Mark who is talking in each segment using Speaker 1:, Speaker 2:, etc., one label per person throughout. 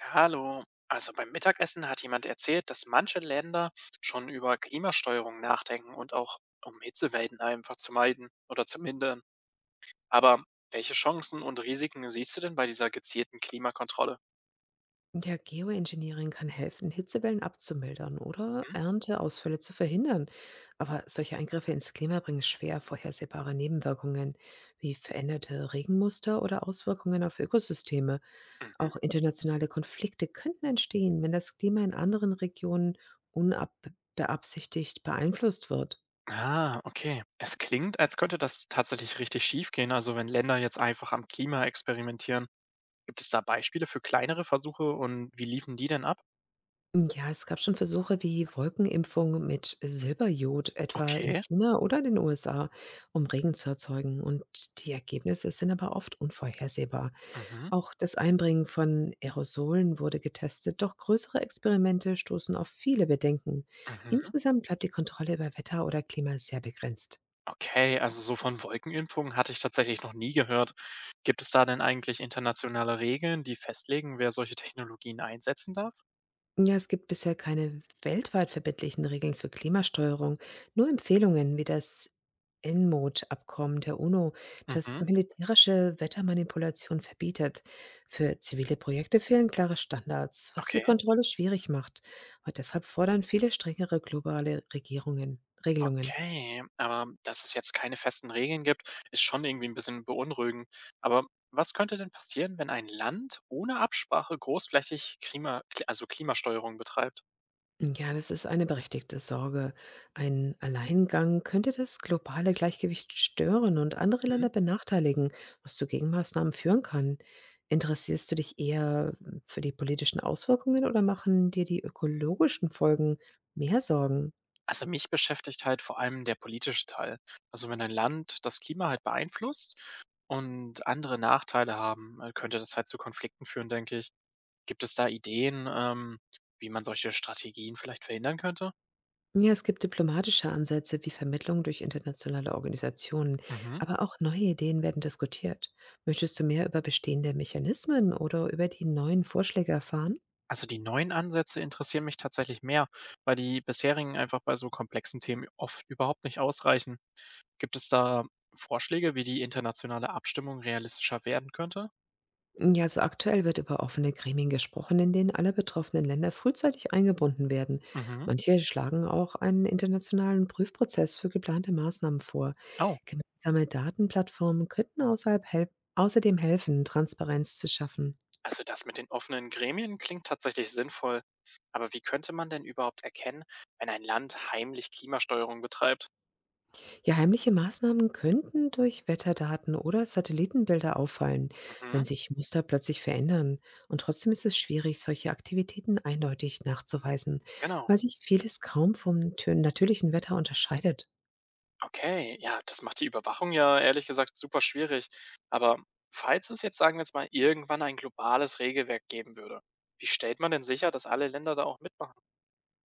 Speaker 1: Hallo. Also beim Mittagessen hat jemand erzählt, dass manche Länder schon über Klimasteuerung nachdenken und auch um Hitzewellen einfach zu meiden oder zu mindern. Aber welche Chancen und Risiken siehst du denn bei dieser gezielten Klimakontrolle?
Speaker 2: Ja, Geoengineering kann helfen, Hitzewellen abzumildern oder
Speaker 1: Hm?
Speaker 2: Ernteausfälle zu verhindern. Aber solche Eingriffe ins Klima bringen schwer vorhersehbare Nebenwirkungen wie veränderte Regenmuster oder Auswirkungen auf Ökosysteme.
Speaker 1: Mhm.
Speaker 2: Auch internationale Konflikte könnten entstehen, wenn das Klima in anderen Regionen unbeabsichtigt beeinflusst wird.
Speaker 1: Ah, okay. Es klingt, als könnte das tatsächlich richtig schief gehen, also wenn Länder jetzt einfach am Klima experimentieren. Gibt es da Beispiele für kleinere Versuche und wie liefen die denn ab?
Speaker 2: Ja, es gab schon Versuche wie Wolkenimpfung mit Silberjod, etwa in
Speaker 1: Okay.
Speaker 2: China oder den USA, um Regen zu erzeugen. Und die Ergebnisse sind aber oft unvorhersehbar.
Speaker 1: Mhm.
Speaker 2: Auch das Einbringen von Aerosolen wurde getestet, doch größere Experimente stoßen auf viele Bedenken.
Speaker 1: Mhm.
Speaker 2: Insgesamt bleibt die Kontrolle über Wetter oder Klima sehr begrenzt.
Speaker 1: Okay, also so von Wolkenimpfungen hatte ich tatsächlich noch nie gehört. Gibt es da denn eigentlich internationale Regeln, die festlegen, wer solche Technologien einsetzen darf?
Speaker 2: Ja, es gibt bisher keine weltweit verbindlichen Regeln für Klimasteuerung, nur Empfehlungen wie das n InMode-Abkommen der UNO, das
Speaker 1: Mhm,
Speaker 2: militärische Wettermanipulation verbietet. Für zivile Projekte fehlen klare Standards, was die
Speaker 1: okay.
Speaker 2: Kontrolle schwierig macht. Und deshalb fordern viele strengere globale Regierungen, Regelungen.
Speaker 1: Okay, aber dass es jetzt keine festen Regeln gibt, ist schon irgendwie ein bisschen beunruhigend. Aber was könnte denn passieren, wenn ein Land ohne Absprache großflächig Klima, Kli- also Klimasteuerung betreibt?
Speaker 2: Ja, das ist eine berechtigte Sorge. Ein Alleingang könnte das globale Gleichgewicht stören und andere Länder benachteiligen, was zu Gegenmaßnahmen führen kann. Interessierst du dich eher für die politischen Auswirkungen oder machen dir die ökologischen Folgen mehr Sorgen?
Speaker 1: Also mich beschäftigt halt vor allem der politische Teil. Also wenn ein Land das Klima halt beeinflusst und andere Nachteile haben, könnte das halt zu Konflikten führen, denke ich. Gibt es da Ideen, wie man solche Strategien vielleicht verhindern könnte?
Speaker 2: Ja, es gibt diplomatische Ansätze wie Vermittlung durch internationale Organisationen,
Speaker 1: Mhm.
Speaker 2: aber auch neue Ideen werden diskutiert. Möchtest du mehr über bestehende Mechanismen oder über die neuen Vorschläge erfahren?
Speaker 1: Also die neuen Ansätze interessieren mich tatsächlich mehr, weil die bisherigen einfach bei so komplexen Themen oft überhaupt nicht ausreichen. Gibt es da Vorschläge, wie die internationale Abstimmung realistischer werden könnte?
Speaker 2: Ja, also aktuell wird über offene Gremien gesprochen, in denen alle betroffenen Länder frühzeitig eingebunden werden.
Speaker 1: Mhm.
Speaker 2: Manche schlagen auch einen internationalen Prüfprozess für geplante Maßnahmen vor.
Speaker 1: Oh.
Speaker 2: Gemeinsame Datenplattformen könnten außerhalb help außerdem helfen, Transparenz zu schaffen.
Speaker 1: Also das mit den offenen Gremien klingt tatsächlich sinnvoll, aber wie könnte man denn überhaupt erkennen, wenn ein Land heimlich Klimasteuerung betreibt?
Speaker 2: Ja, heimliche Maßnahmen könnten durch Wetterdaten oder Satellitenbilder auffallen,
Speaker 1: Mhm,
Speaker 2: wenn sich Muster plötzlich verändern. Und trotzdem ist es schwierig, solche Aktivitäten eindeutig nachzuweisen,
Speaker 1: genau.
Speaker 2: weil sich vieles kaum vom natürlichen Wetter unterscheidet.
Speaker 1: Okay, ja, das macht die Überwachung ja ehrlich gesagt super schwierig. Aber falls es jetzt, sagen wir jetzt mal, irgendwann ein globales Regelwerk geben würde, wie stellt man denn sicher, dass alle Länder da auch mitmachen?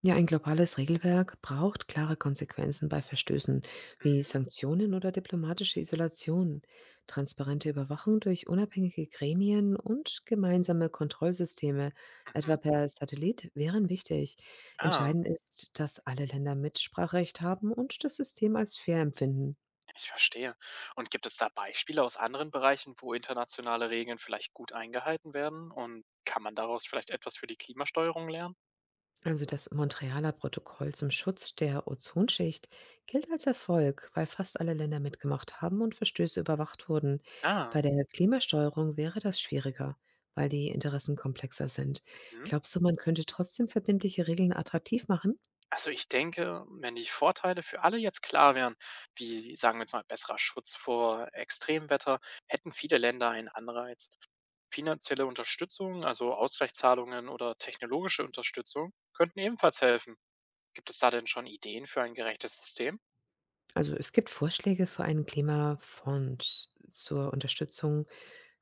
Speaker 2: Ja, ein globales Regelwerk braucht klare Konsequenzen bei Verstößen wie
Speaker 1: Mhm,
Speaker 2: Sanktionen oder diplomatische Isolation, transparente Überwachung durch unabhängige Gremien und gemeinsame Kontrollsysteme, etwa
Speaker 1: mhm.
Speaker 2: per Satellit, wären wichtig.
Speaker 1: Ah,
Speaker 2: Entscheidend ist, dass alle Länder Mitspracherecht haben und das System als fair empfinden.
Speaker 1: ich verstehe. Und gibt es da Beispiele aus anderen Bereichen, wo internationale Regeln vielleicht gut eingehalten werden? Und kann man daraus vielleicht etwas für die Klimasteuerung lernen?
Speaker 2: Also das Montrealer Protokoll zum Schutz der Ozonschicht gilt als Erfolg, weil fast alle Länder mitgemacht haben und Verstöße überwacht wurden.
Speaker 1: Ah,
Speaker 2: Bei der Klimasteuerung wäre das schwieriger, weil die Interessen komplexer sind.
Speaker 1: mhm.
Speaker 2: Glaubst du, man könnte trotzdem verbindliche Regeln attraktiv machen?
Speaker 1: Also ich denke, wenn die Vorteile für alle jetzt klar wären, wie sagen wir jetzt mal besserer Schutz vor Extremwetter, hätten viele Länder einen Anreiz. Finanzielle Unterstützung, also Ausgleichszahlungen oder technologische Unterstützung, könnten ebenfalls helfen. Gibt es da denn schon Ideen für ein gerechtes System?
Speaker 2: Also es gibt Vorschläge für einen Klimafonds zur Unterstützung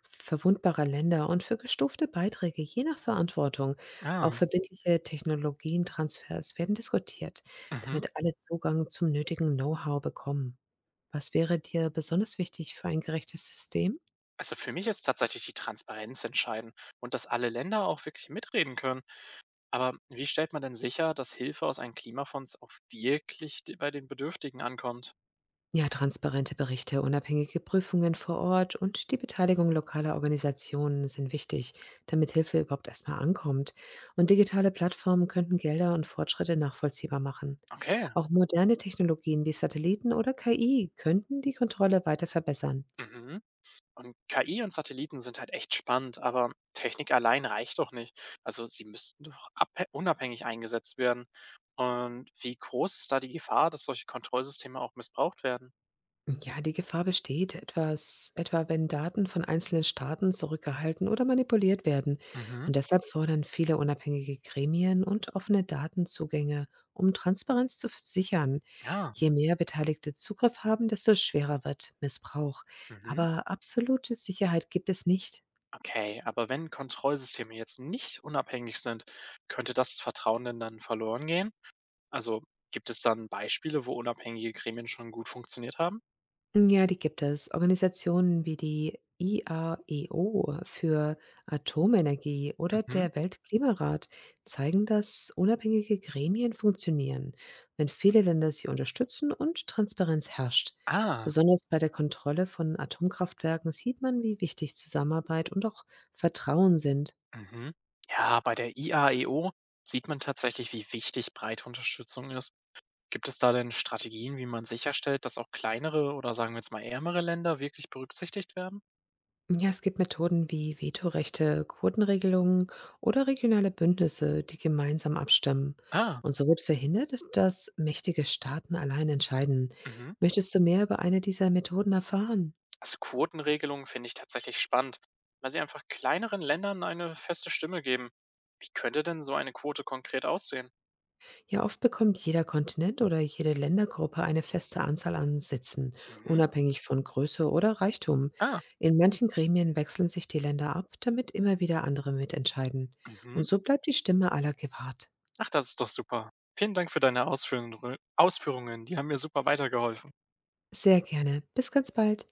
Speaker 2: verwundbarer Länder und für gestufte Beiträge je nach Verantwortung.
Speaker 1: Ah,
Speaker 2: Auch verbindliche Technologientransfers werden diskutiert,
Speaker 1: mhm.
Speaker 2: damit alle Zugang zum nötigen Know-how bekommen. Was wäre dir besonders wichtig für ein gerechtes System?
Speaker 1: Also für mich ist tatsächlich die Transparenz entscheidend und dass alle Länder auch wirklich mitreden können. Aber wie stellt man denn sicher, dass Hilfe aus einem Klimafonds auch wirklich bei den Bedürftigen ankommt?
Speaker 2: Ja, transparente Berichte, unabhängige Prüfungen vor Ort und die Beteiligung lokaler Organisationen sind wichtig, damit Hilfe überhaupt erstmal ankommt. Und digitale Plattformen könnten Gelder und Fortschritte nachvollziehbar machen.
Speaker 1: Okay,
Speaker 2: Auch moderne Technologien wie Satelliten oder KI könnten die Kontrolle weiter verbessern.
Speaker 1: mhm. Und KI und Satelliten sind halt echt spannend, aber Technik allein reicht doch nicht. Also sie müssten doch unabhängig eingesetzt werden. Und wie groß ist da die Gefahr, dass solche Kontrollsysteme auch missbraucht werden?
Speaker 2: Ja, die Gefahr besteht, etwa wenn Daten von einzelnen Staaten zurückgehalten oder manipuliert werden.
Speaker 1: Mhm.
Speaker 2: Und deshalb fordern viele unabhängige Gremien und offene Datenzugänge, um Transparenz zu sichern.
Speaker 1: Ja.
Speaker 2: Je mehr Beteiligte Zugriff haben, desto schwerer wird Missbrauch.
Speaker 1: Mhm.
Speaker 2: Aber absolute Sicherheit gibt es nicht.
Speaker 1: Okay, aber wenn Kontrollsysteme jetzt nicht unabhängig sind, könnte das Vertrauen denn dann verloren gehen? Also gibt es dann Beispiele, wo unabhängige Gremien schon gut funktioniert haben?
Speaker 2: Ja, die gibt es. Organisationen wie die IAEO für Atomenergie oder
Speaker 1: Mhm.
Speaker 2: der Weltklimarat zeigen, dass unabhängige Gremien funktionieren, wenn viele Länder sie unterstützen und Transparenz herrscht.
Speaker 1: Ah,
Speaker 2: Besonders bei der Kontrolle von Atomkraftwerken sieht man, wie wichtig Zusammenarbeit und auch Vertrauen sind.
Speaker 1: mhm. Ja, bei der IAEO sieht man tatsächlich, wie wichtig breite Unterstützung ist. Gibt es da denn Strategien, wie man sicherstellt, dass auch kleinere oder sagen wir jetzt mal ärmere Länder wirklich berücksichtigt werden?
Speaker 2: Ja, es gibt Methoden wie Vetorechte, Quotenregelungen oder regionale Bündnisse, die gemeinsam abstimmen.
Speaker 1: Ah,
Speaker 2: Und so wird verhindert, dass mächtige Staaten allein entscheiden.
Speaker 1: mhm.
Speaker 2: Möchtest du mehr über eine dieser Methoden erfahren?
Speaker 1: Also Quotenregelungen finde ich tatsächlich spannend, weil sie einfach kleineren Ländern eine feste Stimme geben. Wie könnte denn so eine Quote konkret aussehen?
Speaker 2: Ja, oft bekommt jeder Kontinent oder jede Ländergruppe eine feste Anzahl an Sitzen,
Speaker 1: Mhm.
Speaker 2: unabhängig von Größe oder Reichtum.
Speaker 1: Ah,
Speaker 2: In manchen Gremien wechseln sich die Länder ab, damit immer wieder andere mitentscheiden. Und
Speaker 1: mhm.
Speaker 2: so bleibt die Stimme aller gewahrt.
Speaker 1: Ach, das ist doch super. Vielen Dank für deine Ausführungen. Die haben mir super weitergeholfen.
Speaker 2: Sehr gerne. Bis ganz bald.